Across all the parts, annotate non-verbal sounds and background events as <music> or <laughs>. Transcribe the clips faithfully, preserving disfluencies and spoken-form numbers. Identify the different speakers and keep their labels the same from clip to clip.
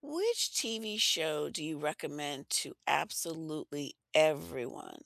Speaker 1: Which T V show do you recommend to absolutely everyone?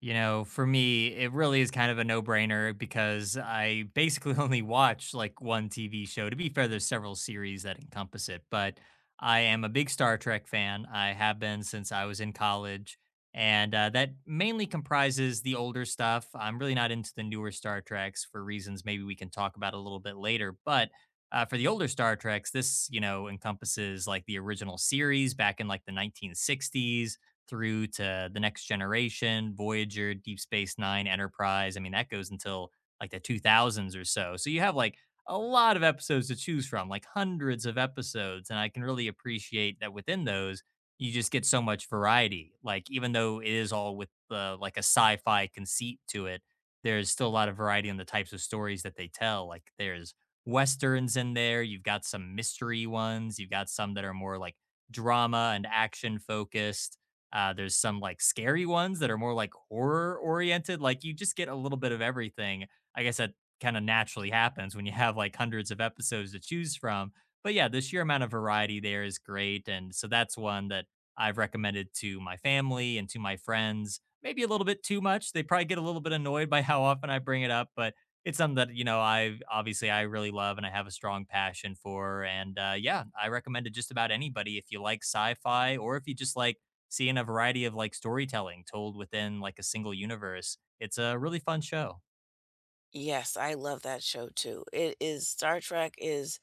Speaker 2: You know, for me, it really is kind of a no-brainer because I basically <laughs> only watch like one T V show. To be fair, there's several series that encompass it, but I am a big Star Trek fan. I have been since I was in college, and uh, that mainly comprises the older stuff. I'm really not into the newer Star Treks for reasons maybe we can talk about a little bit later. But uh, for the older Star Treks, this, you know, encompasses like the original series back in like the nineteen sixties through to the next generation, Voyager, Deep Space Nine, Enterprise. I mean, that goes until like the two thousands or so. So you have like a lot of episodes to choose from, like hundreds of episodes. And I can really appreciate that within those, you just get so much variety. Like, even though it is all with the, like a sci fi conceit to it, there's still a lot of variety in the types of stories that they tell. Like, there's Westerns in there, you've got some mystery ones, you've got some that are more like drama and action focused. Uh, there's some like scary ones that are more like horror oriented. Like you just get a little bit of everything. I guess that kind of naturally happens when you have like hundreds of episodes to choose from. But yeah, the sheer amount of variety there is great. And so that's one that I've recommended to my family and to my friends. Maybe a little bit too much. They probably get a little bit annoyed by how often I bring it up, but it's something that, you know, I obviously I really love and I have a strong passion for. And uh, yeah, I recommend it just about anybody if you like sci fi or if you just like seeing a variety of like storytelling told within like a single universe. It's a really fun show.
Speaker 1: Yes, I love that show too. It is Star Trek is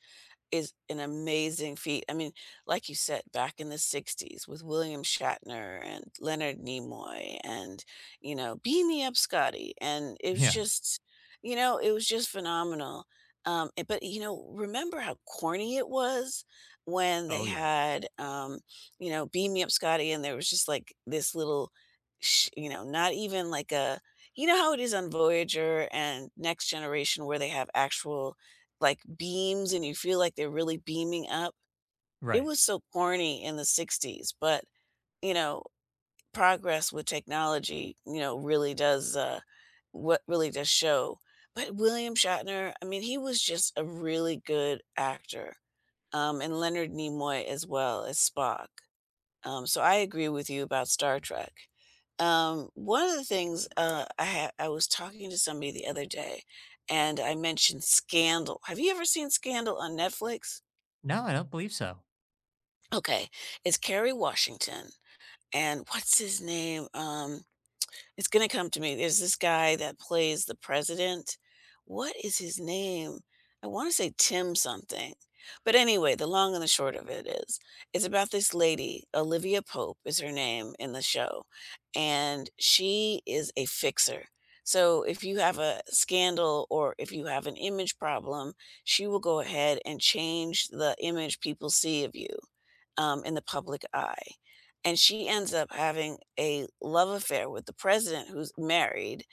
Speaker 1: is an amazing feat. I mean, like you said, back in the sixties with William Shatner and Leonard Nimoy and, you know, Beam Me Up Scotty. And it was
Speaker 2: Yeah.
Speaker 1: just, you know, it was just phenomenal. Um, eh, but, you know, remember how corny it was when they
Speaker 2: Oh yeah.
Speaker 1: had, um, you know, Beam Me Up Scotty, and there was just like this little, sh- you know, not even like a, you know how it is on Voyager and Next Generation where they have actual, like, beams and you feel like they're really beaming up. It
Speaker 2: Right.
Speaker 1: was so corny in the sixties, but, you know, progress with technology, you know, really does, uh what really does show. But William Shatner, I mean, he was just a really good actor, um, and Leonard Nimoy as well as Spock. Um, so I agree with you about Star Trek. Um, one of the things, uh, I ha- I was talking to somebody the other day, and I mentioned Scandal. Have you ever seen Scandal on Netflix?
Speaker 2: No, I don't believe so.
Speaker 1: Okay, it's Kerry Washington and what's his name? Um, It's gonna come to me. There's this guy that plays the president. What is his name? I want to say Tim something. But anyway, the long and the short of it is, it's about this lady, Olivia Pope is her name in the show, and she is a fixer. So if you have a scandal or if you have an image problem, she will go ahead and change the image people see of you um, in the public eye. And she ends up having a love affair with the president who's married,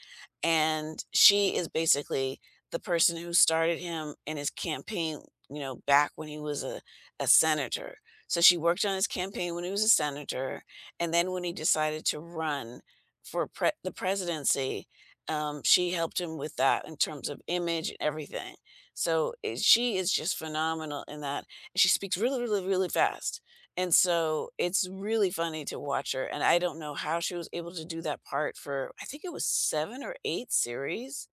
Speaker 1: and she is basically the person who started him in his campaign, you know, back when he was a, a senator. So she worked on his campaign when he was a senator, and then when he decided to run for pre- the presidency, um, she helped him with that in terms of image and everything. So eh, she is just phenomenal in that. She speaks really, really, really fast, and so it's really funny to watch her, and I don't know how she was able to do that part for, I think it was seven or eight series?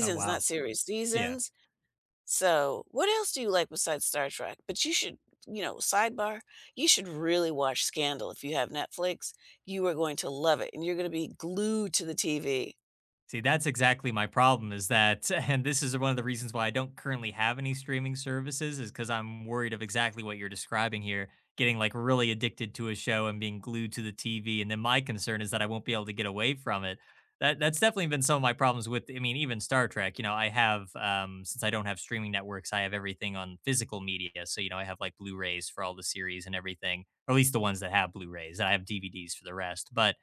Speaker 2: Oh
Speaker 1: not
Speaker 2: wow.
Speaker 1: series,
Speaker 2: Yeah.
Speaker 1: seasons. So, what else do you like besides Star Trek? But you should you know, sidebar, you should really watch Scandal if you have Netflix. You are going to love it, and you're gonna be glued to the T V.
Speaker 2: See, that's exactly my problem is that <laughs> and this is one of the reasons why I don't currently have any streaming services. Is because 'cause I'm worried of exactly what you're describing here, getting, like, really addicted to a show and being glued to the T V, and then my concern is that I won't be able to get away from it. That that's definitely been some of my problems with. I mean, even Star Trek, you know, I have, um since I don't have streaming networks, I have everything on physical media, so, you know, I have, like, Blu-rays for all the series and everything, or at least the ones that have Blu-rays, I have D V Ds for the rest, but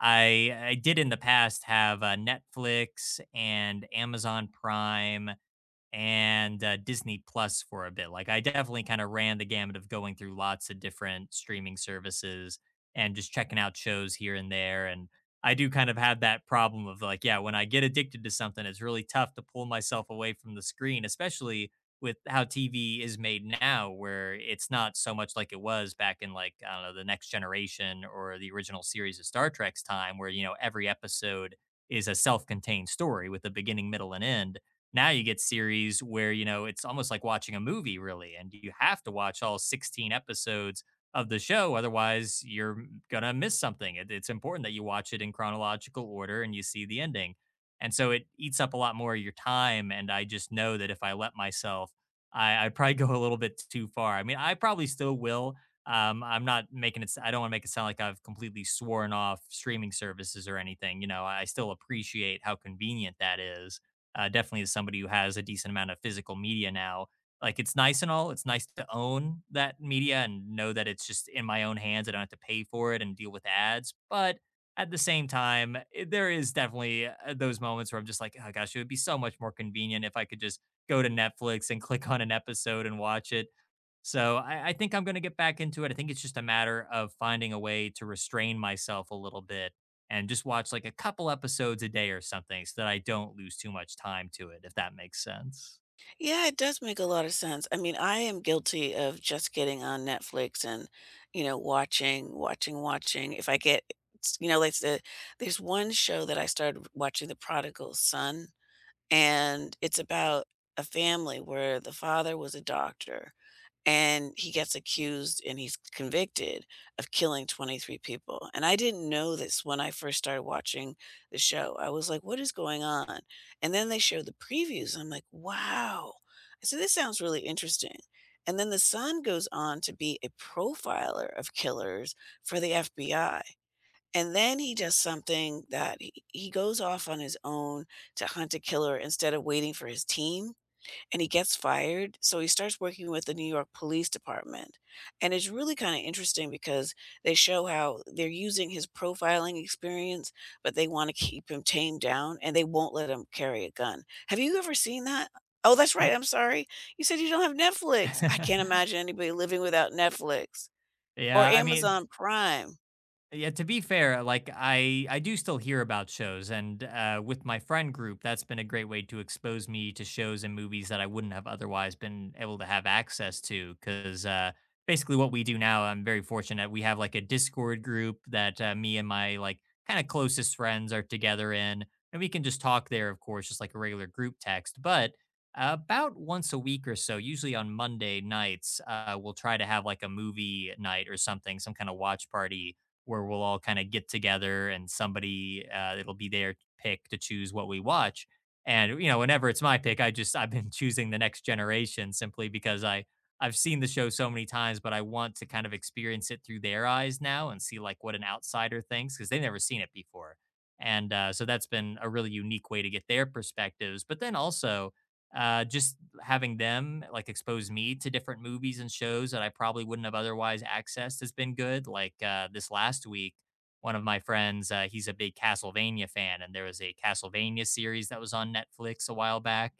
Speaker 2: I I did in the past have, uh, Netflix and Amazon Prime and uh, Disney Plus for a bit. Like I definitely kind of ran the gamut of going through lots of different streaming services and just checking out shows here and there. And I do kind of have that problem of like, yeah, when I get addicted to something, it's really tough to pull myself away from the screen, especially with how T V is made now, where it's not so much like it was back in like, I don't know, the next generation or the original series of Star Trek's time, where, you know, every episode is a self contained story with a beginning, middle, and end. Now you get series where, you know, it's almost like watching a movie, really, and you have to watch all sixteen episodes of the show. Otherwise, you're gonna miss something. It, it's important that you watch it in chronological order and you see the ending. And so it eats up a lot more of your time. And I just know that if I let myself, I, I'd probably <laughs> go a little bit too far. I mean, I probably still will. Um, I'm not making it, s- I don't want to make it sound like I've completely sworn off streaming services or anything. You know, I still appreciate how convenient that is. Uh, definitely as somebody who has a decent amount of physical media now, like it's nice and all. It's nice to own that media and know that it's just in my own hands. I don't have to pay for it and deal with ads. But at the same time, it, there is definitely uh, those moments where I'm just like, oh gosh, it would be so much more convenient if I could just go to Netflix and <laughs> click on an episode and watch it. So I, I think I'm going to get back into it. I think it's just a matter of finding a way to restrain myself a little bit and just watch like a couple episodes a day or something so that I don't lose too much time to it, if that makes sense.
Speaker 1: Yeah, it does make a lot of sense. I mean, I am guilty of just getting on Netflix and, you know, watching, watching, watching. If I get, it's- You know, like the, there's one show that I started watching, The Prodigal Son, and it's about a family where the father was a doctor and he gets accused and he's convicted of killing twenty-three people. And I didn't know this when I first started watching the show. I was like, what is going on? And then they showed the previews. And I'm like, wow. I said, this sounds really interesting. And then the son goes on to be a profiler of killers for the F B I. And then he does something that he, he goes off on his own to hunt a killer instead of waiting for his team, and he gets fired, so he starts working with the New York Police Department, and it's really kinda interesting because they show how they're using his profiling experience, but they wanna keep him tamed down, and they won't let him carry a gun. Have you ever seen that? Oh, that's right, I'm sorry. You said you don't have Netflix. I can't
Speaker 2: <laughs>
Speaker 1: imagine anybody living without Netflix or
Speaker 2: Yeah, I mean.
Speaker 1: Amazon Prime.
Speaker 2: Yeah, to be fair, like I I do still hear about shows and uh with my friend group, that's been a great way to expose me to shows and movies that I wouldn't have otherwise been able to have access to cuz uh basically what we do now, I'm very fortunate we have like a Discord group that uh, me and my like kind of closest friends are together in and we can just talk there of course just like a regular group text, but uh, about once a week or so, usually on Monday nights, uh, we'll try to have like a movie night or something, some kind of watch party where we'll all kind of get together and somebody, uh, it'll be their pick to choose what we watch. And you know, whenever it's my pick, I just I've been <laughs> choosing the next generation simply because I I've seen the show so many times, but I want to kind of experience it through their eyes now and see like what an outsider thinks because they've never seen it before. And uh, so that's been a really unique way to get their perspectives. But then also, uh, just having them like expose me to different movies and shows that I probably wouldn't have otherwise accessed has been good. Like, uh, this last week, one of my friends, uh, he's a big Castlevania fan, and there was a Castlevania series that was on Netflix a while back.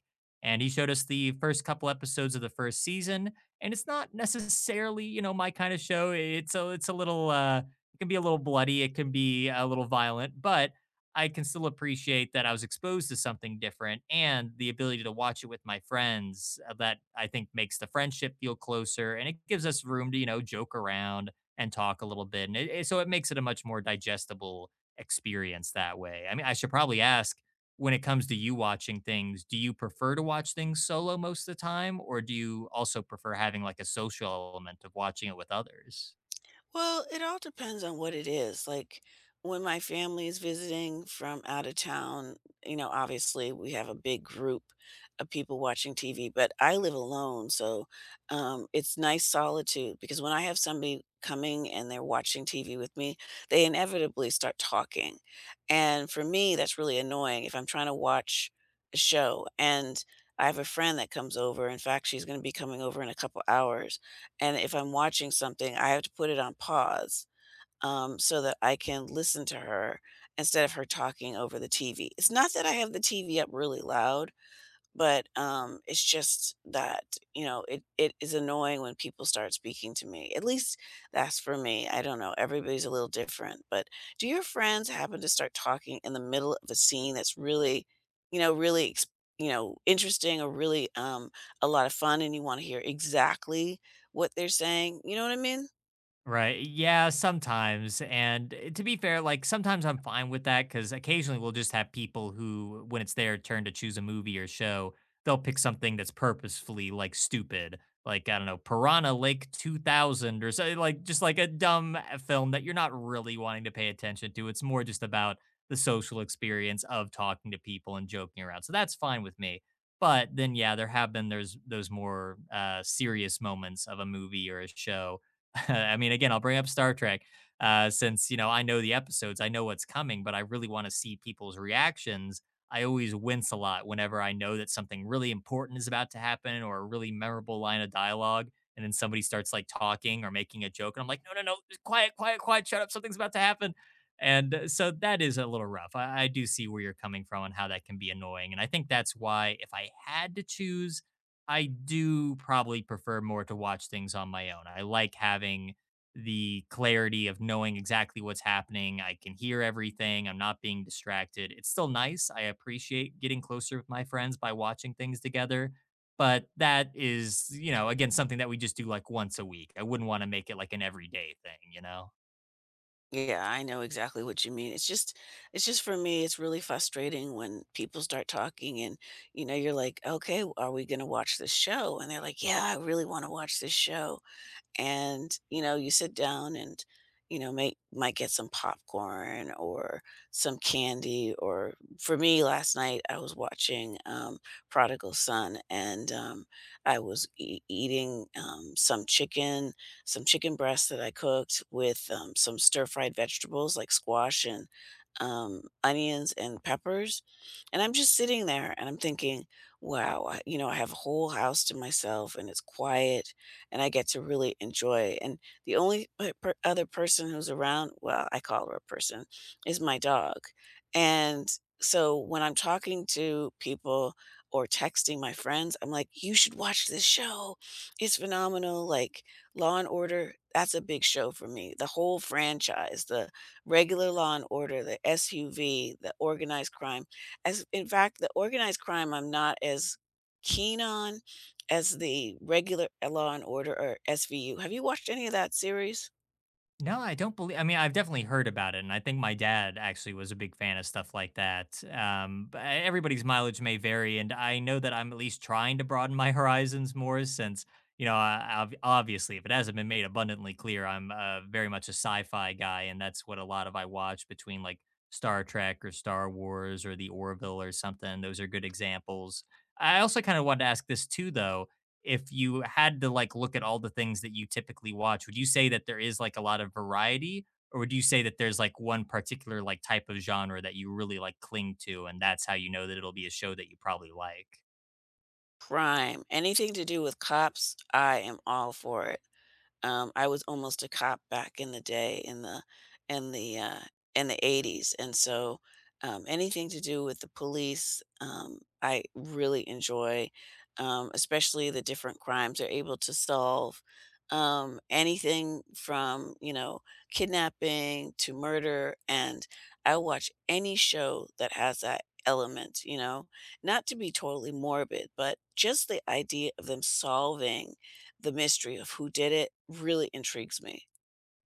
Speaker 2: And he showed us the first couple episodes of the first season, and it's not necessarily, you know, my kind of show. It's a, it's a little, uh, it can be a little bloody, it can be a little violent, but I can still appreciate that I was exposed to something different and the ability to watch it with my friends, uh, that I think makes the friendship feel closer and it gives us room to, you know, joke around and talk a little bit. And it, it- so it makes it a much more digestible experience that way. I mean, I should probably ask when it comes to you watching things, do you prefer to watch things solo most of the time or do you also prefer having like a social element of watching it with others?
Speaker 1: Well, it all depends on what it is. Like, when my family is visiting from out of town, you know, obviously we have a big group of people watching T V, but I live alone. So um, it's nice solitude because when I have somebody coming and they're watching T V with me, they inevitably start talking. And for me, that's really annoying if I'm trying to watch a show and I have a friend that comes over. In fact, she's going to be coming over in a couple hours, and if I'm watching something, I have to put it on pause, um, so that I can listen to her instead of her talking over the T V. It's not that I have the T V up really loud, but, um, it's just that, you know, it it is annoying when people start speaking to me. At least that's for me. I don't know, everybody's a little different, but do your friends happen to start talking in the middle of a scene that's really, you know, really, ex you know, interesting, or really, um, a lot of fun, and you wanna hear exactly what they're saying? You know what I mean?
Speaker 2: Right. Yeah, sometimes. And eh, to be fair, like sometimes I'm fine with that because occasionally we'll just have people who, when it's their turn to choose a movie or show, they'll pick something that's purposefully like stupid. Like, I don't know, Piranha Lake two thousand or so, like just like a dumb eh, film that you're not really wanting to pay attention to. It's more just about the social experience of talking to people and joking around. So that's fine with me. But then, yeah, there have been there's those more uh, serious moments of a movie or a show. <laughs> I mean, again, I'll bring up Star Trek, uh, since you know I know the episodes, I know what's coming, but I really want to see people's reactions. I always wince a lot whenever I know that something really important is about to happen or a really memorable line of dialogue, and then somebody starts like talking or making a joke, and I'm like, no, no, no, quiet, quiet, quiet, shut up, something's about to happen. And uh, so that is a little rough. I, I do see where you're coming from and how that can be annoying. And I think that's why, if I had to choose, I do probably prefer more to watch things on my own. I like having the clarity of knowing exactly what's happening. I can hear everything. I'm not being distracted. It's still nice. I appreciate getting closer with my friends by watching things together. But that is, you know, again, something that we just do like once a week. I wouldn't want to make it like an everyday thing, you know?
Speaker 1: Yeah, I know exactly what you mean. It's just it's just, for me, it's really frustrating when people start talking and, you know, you're like, "Okay, are we going to watch this show?" And they're like, "Yeah, I really want to watch this show." And you know, you sit down and, you know, may, might get some popcorn or some candy. Or for me, last night, I was watching, um, Prodigal Son, and um, i was e- eating, um, some chicken, some chicken breast that I cooked with, um, some stir fried vegetables like squash and, um, onions and peppers. And I'm just sitting there and I'm thinking, wow, I, you know, I have a whole house to myself and it's quiet and I get to really enjoy. And the only p per other person who's around, well, I call her a person, is my dog. And so when I'm talking to people or texting my friends, I'm like, "You should watch this show. It's phenomenal." Like, Law& and Order, that's a big show for me. The whole franchise, the regular Law& and Order, the S U V, the organized crime. As in fact, the organized crime I'm not as keen on as the regular Law and Order or S V U. Have you watched any of that series?
Speaker 2: No, I don't believe. I mean, I've definitely heard about it, and I think my dad actually was a big fan of stuff like that. Um, but e everybody's mileage may vary, and I know that I'm at least trying to broaden my <laughs> horizons more since, you know, I ob obviously, if it hasn't been made abundantly clear, I'm, uh, very much a sci-fi guy, and that's what a lot of I watch between, like, Star Trek or Star Wars or The Orville or something. Those are good examples. I also kinda wanted to ask this too, though, if you had to like look at all the things that you typically watch, would you say that there is like a lot of variety? Or would you say that there's like one particular like type of genre that you really like cling to and that's how you know that it'll be a show that you probably like?
Speaker 1: Prime. Anything to do with cops, I am all for it. Um, I was almost a cop back in the day, in the in the uh, in the eighties, and so, um, anything to do with the police, um, I really enjoy, um, especially the different crimes they're able to solve. Um, anything from, you know, kidnapping to murder, and I watch any show that has that element. You know, not to be totally morbid, but just the idea of them solving the mystery of who did it really intrigues me.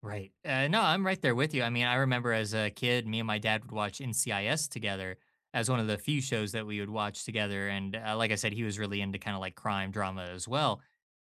Speaker 2: Right. Uh, no, I'm right there with you. I mean, I remember as a kid, me and my dad would watch N C I S together as one of the few shows that we would watch together. And uh, like I said, he was really into kind of like crime drama as well.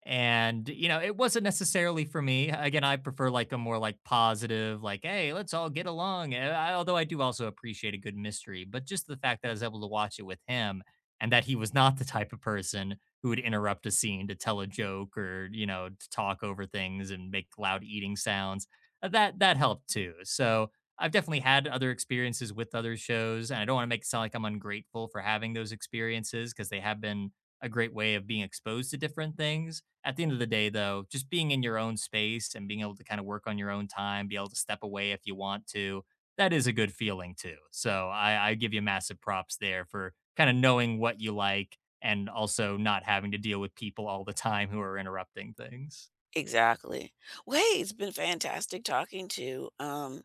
Speaker 2: And, you know, it wasn't necessarily for me. Again, I prefer like a more like positive, like, hey, let's all get along. Uh, I, although I do also appreciate a good mystery, but just the fact that I was able to watch it with him and that he was not the type of person who would interrupt a scene to tell a joke or you know to talk over things and make loud eating sounds, uh, that that helped too. So I've definitely had other experiences with other shows, and I don't want to make it sound like I'm ungrateful for having those experiences because they have been a great way of being exposed to different things. At the end of the day, though, just being in your own space and being able to kind of work on your own time, be able to step away if you want to, that is a good feeling too. So I, I give you massive props there for kind of knowing what you like and also not having to deal with people all the time who are interrupting things.
Speaker 1: Exactly. Well, hey, it's been fantastic talking to you. Um,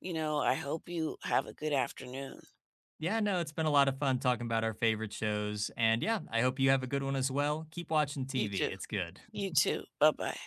Speaker 1: You know, I hope you have a good afternoon.
Speaker 2: Yeah, no, it's been a lot of fun talking about our favorite shows. And yeah, I hope you have a good one as well. Keep watching
Speaker 1: You
Speaker 2: T V.
Speaker 1: too.
Speaker 2: It's good.
Speaker 1: You too. Bye-bye.